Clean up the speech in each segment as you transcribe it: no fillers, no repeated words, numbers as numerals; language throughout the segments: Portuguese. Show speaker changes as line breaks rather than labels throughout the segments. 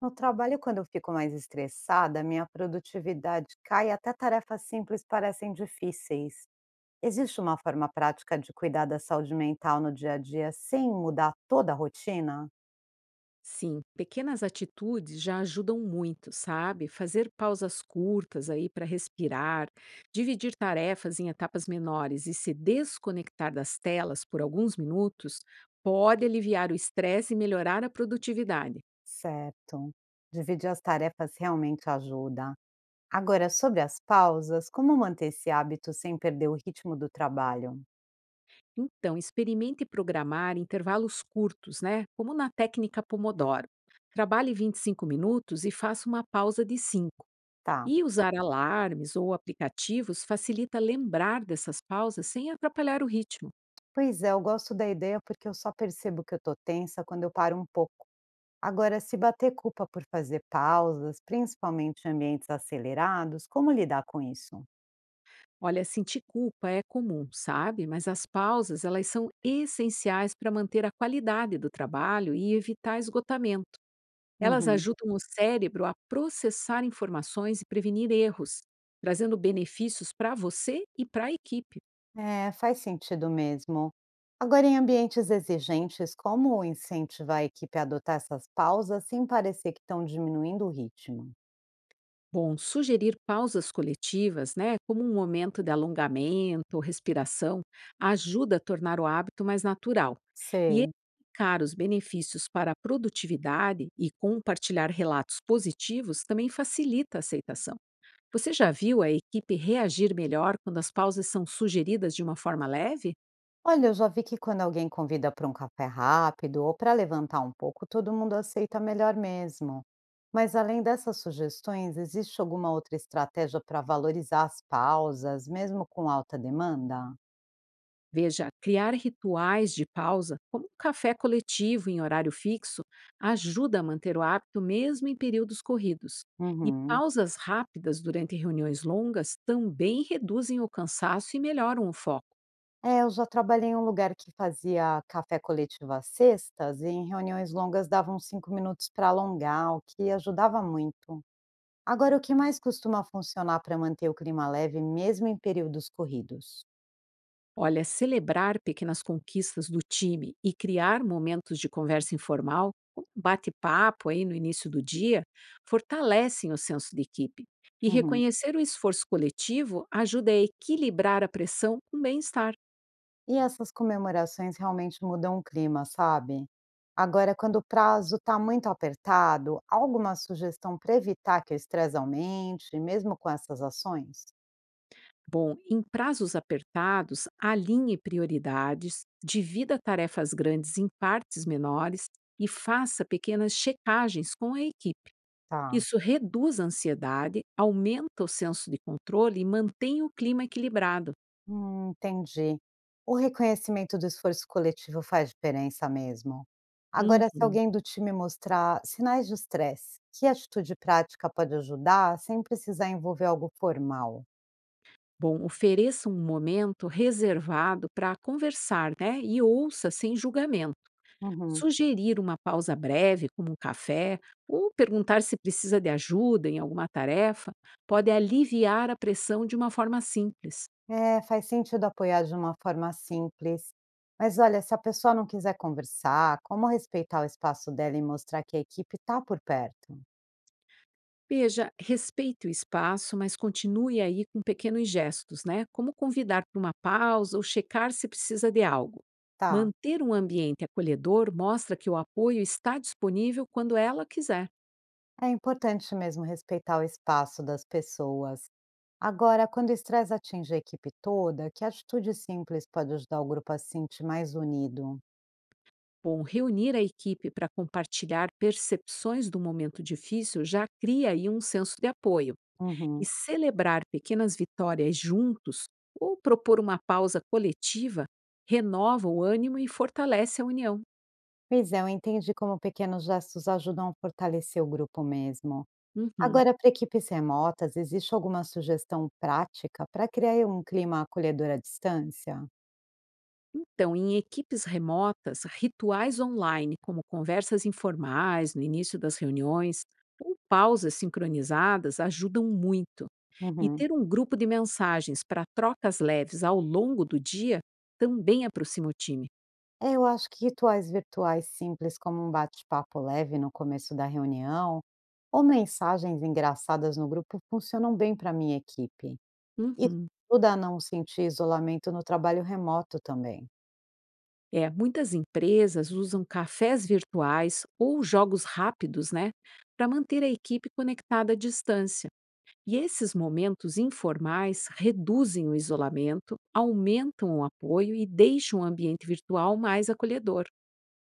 No trabalho, quando eu fico mais estressada, minha produtividade cai e até tarefas simples parecem difíceis. Existe uma forma prática de cuidar da saúde mental no dia a dia sem mudar toda a rotina?
Sim, pequenas atitudes já ajudam muito, sabe? Fazer pausas curtas aí para respirar, dividir tarefas em etapas menores e se desconectar das telas por alguns minutos pode aliviar o estresse e melhorar a produtividade.
Certo. Dividir as tarefas realmente ajuda. Agora, sobre as pausas, como manter esse hábito sem perder o ritmo do trabalho?
Então, experimente programar intervalos curtos, né? Como na técnica Pomodoro. Trabalhe 25 minutos e faça uma pausa de 5.
Tá.
E usar alarmes ou aplicativos facilita lembrar dessas pausas sem atrapalhar o ritmo.
Pois é, eu gosto da ideia porque eu só percebo que eu tô tensa quando eu paro um pouco. Agora, se bater culpa por fazer pausas, principalmente em ambientes acelerados, como lidar com isso?
Olha, sentir culpa é comum, sabe? Mas as pausas, elas são essenciais para manter a qualidade do trabalho e evitar esgotamento. Elas
Uhum.
ajudam o cérebro a processar informações e prevenir erros, trazendo benefícios para você e para a equipe.
É, faz sentido mesmo. Agora, em ambientes exigentes, como incentivar a equipe a adotar essas pausas sem parecer que estão diminuindo o ritmo?
Bom, sugerir pausas coletivas, né, como um momento de alongamento ou respiração, ajuda a tornar o hábito mais natural. E
Sei.
explicar os benefícios para a produtividade e compartilhar relatos positivos também facilita a aceitação. Você já viu a equipe reagir melhor quando as pausas são sugeridas de uma forma leve?
Olha, eu já vi que quando alguém convida para um café rápido ou para levantar um pouco, todo mundo aceita melhor mesmo. Mas além dessas sugestões, existe alguma outra estratégia para valorizar as pausas, mesmo com alta demanda?
Veja, criar rituais de pausa, como um café coletivo em horário fixo, ajuda a manter o hábito mesmo em períodos corridos. E
Uhum.
pausas rápidas durante reuniões longas também reduzem o cansaço e melhoram o foco.
É, eu já trabalhei em um lugar que fazia café coletivo às sextas e em reuniões longas davam 5 minutos para alongar, o que ajudava muito. Agora, o que mais costuma funcionar para manter o clima leve, mesmo em períodos corridos?
Olha, celebrar pequenas conquistas do time e criar momentos de conversa informal, como um bate-papo aí no início do dia, fortalecem o senso de equipe. E
Uhum.
reconhecer o esforço coletivo ajuda a equilibrar a pressão com bem-estar.
E essas comemorações realmente mudam o clima, sabe? Agora, quando o prazo está muito apertado, há alguma sugestão para evitar que o estresse aumente, mesmo com essas ações?
Bom, em prazos apertados, alinhe prioridades, divida tarefas grandes em partes menores e faça pequenas checagens com a equipe.
Tá,
Isso reduz a ansiedade, aumenta o senso de controle e mantém o clima equilibrado.
entendi. O reconhecimento do esforço coletivo faz diferença mesmo. Agora, se
Uhum.
alguém do time mostrar sinais de estresse, que atitude prática pode ajudar sem precisar envolver algo formal?
Bom, ofereça um momento reservado para conversar, né? E ouça sem julgamento.
Uhum.
Sugerir uma pausa breve, como um café, ou perguntar se precisa de ajuda em alguma tarefa, pode aliviar a pressão de uma forma simples.
É, faz sentido apoiar de uma forma simples. Mas olha, se a pessoa não quiser conversar, como respeitar o espaço dela e mostrar que a equipe está por perto?
Veja, respeite o espaço, mas continue aí com pequenos gestos, né? Como convidar para uma pausa ou checar se precisa de algo.
Tá.
Manter um ambiente acolhedor mostra que o apoio está disponível quando ela quiser.
É importante mesmo respeitar o espaço das pessoas. Agora, quando o estresse atinge a equipe toda, que atitude simples pode ajudar o grupo a se sentir mais unido?
Bom, reunir a equipe para compartilhar percepções do momento difícil já cria aí um senso de apoio. E
Uhum.
celebrar pequenas vitórias juntos ou propor uma pausa coletiva renova o ânimo e fortalece a união.
Pois é, eu entendi como pequenos gestos ajudam a fortalecer o grupo mesmo.
Uhum.
Agora, para equipes remotas, existe alguma sugestão prática para criar um clima acolhedor à distância?
Então, em equipes remotas, rituais online, como conversas informais no início das reuniões ou pausas sincronizadas, ajudam muito. E
Uhum.
ter um grupo de mensagens para trocas leves ao longo do dia também aproxima o time.
É, eu acho que rituais virtuais simples, como um bate-papo leve no começo da reunião, ou mensagens engraçadas no grupo, funcionam bem para minha equipe. Isso
Uhum.
ajuda a não sentir isolamento no trabalho remoto também.
É, muitas empresas usam cafés virtuais ou jogos rápidos, né, para manter a equipe conectada à distância. E esses momentos informais reduzem o isolamento, aumentam o apoio e deixam o ambiente virtual mais acolhedor.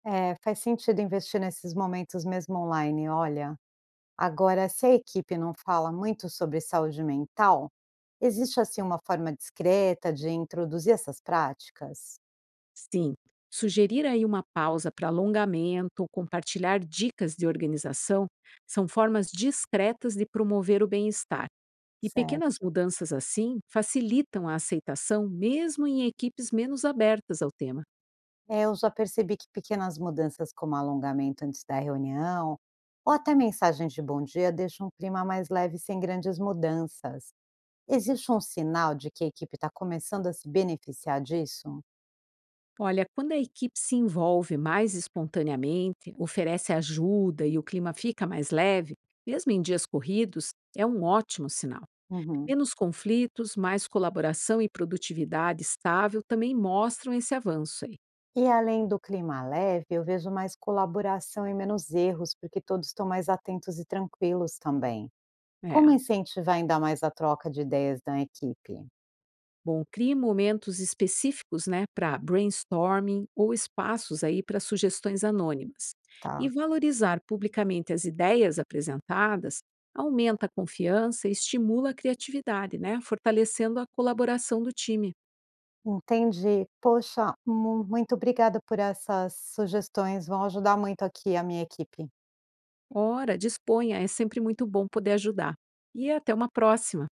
É, faz sentido investir nesses momentos mesmo online, olha. Agora, se a equipe não fala muito sobre saúde mental, existe assim uma forma discreta de introduzir essas práticas?
Sim, sugerir aí uma pausa para alongamento ou compartilhar dicas de organização são formas discretas de promover o bem-estar. E pequenas
Certo.
mudanças assim facilitam a aceitação mesmo em equipes menos abertas ao tema.
É, eu já percebi que pequenas mudanças como alongamento antes da reunião, ou até mensagens de bom dia deixam um clima mais leve sem grandes mudanças. Existe um sinal de que a equipe está começando a se beneficiar disso?
Olha, quando a equipe se envolve mais espontaneamente, oferece ajuda e o clima fica mais leve, mesmo em dias corridos, é um ótimo sinal.
Uhum.
Menos conflitos, mais colaboração e produtividade estável também mostram esse avanço aí.
E além do clima leve, eu vejo mais colaboração e menos erros, porque todos estão mais atentos e tranquilos também. Como
É.
incentivar ainda mais a troca de ideias na equipe?
Bom, crie momentos específicos, né, para brainstorming ou espaços aí para sugestões anônimas. E
Tá,
valorizar publicamente as ideias apresentadas aumenta a confiança e estimula a criatividade, né, fortalecendo a colaboração do time.
entendi. Poxa, mu muito obrigada por essas sugestões, vão ajudar muito aqui a minha equipe.
Ora, disponha, é sempre muito bom poder ajudar. E até uma próxima.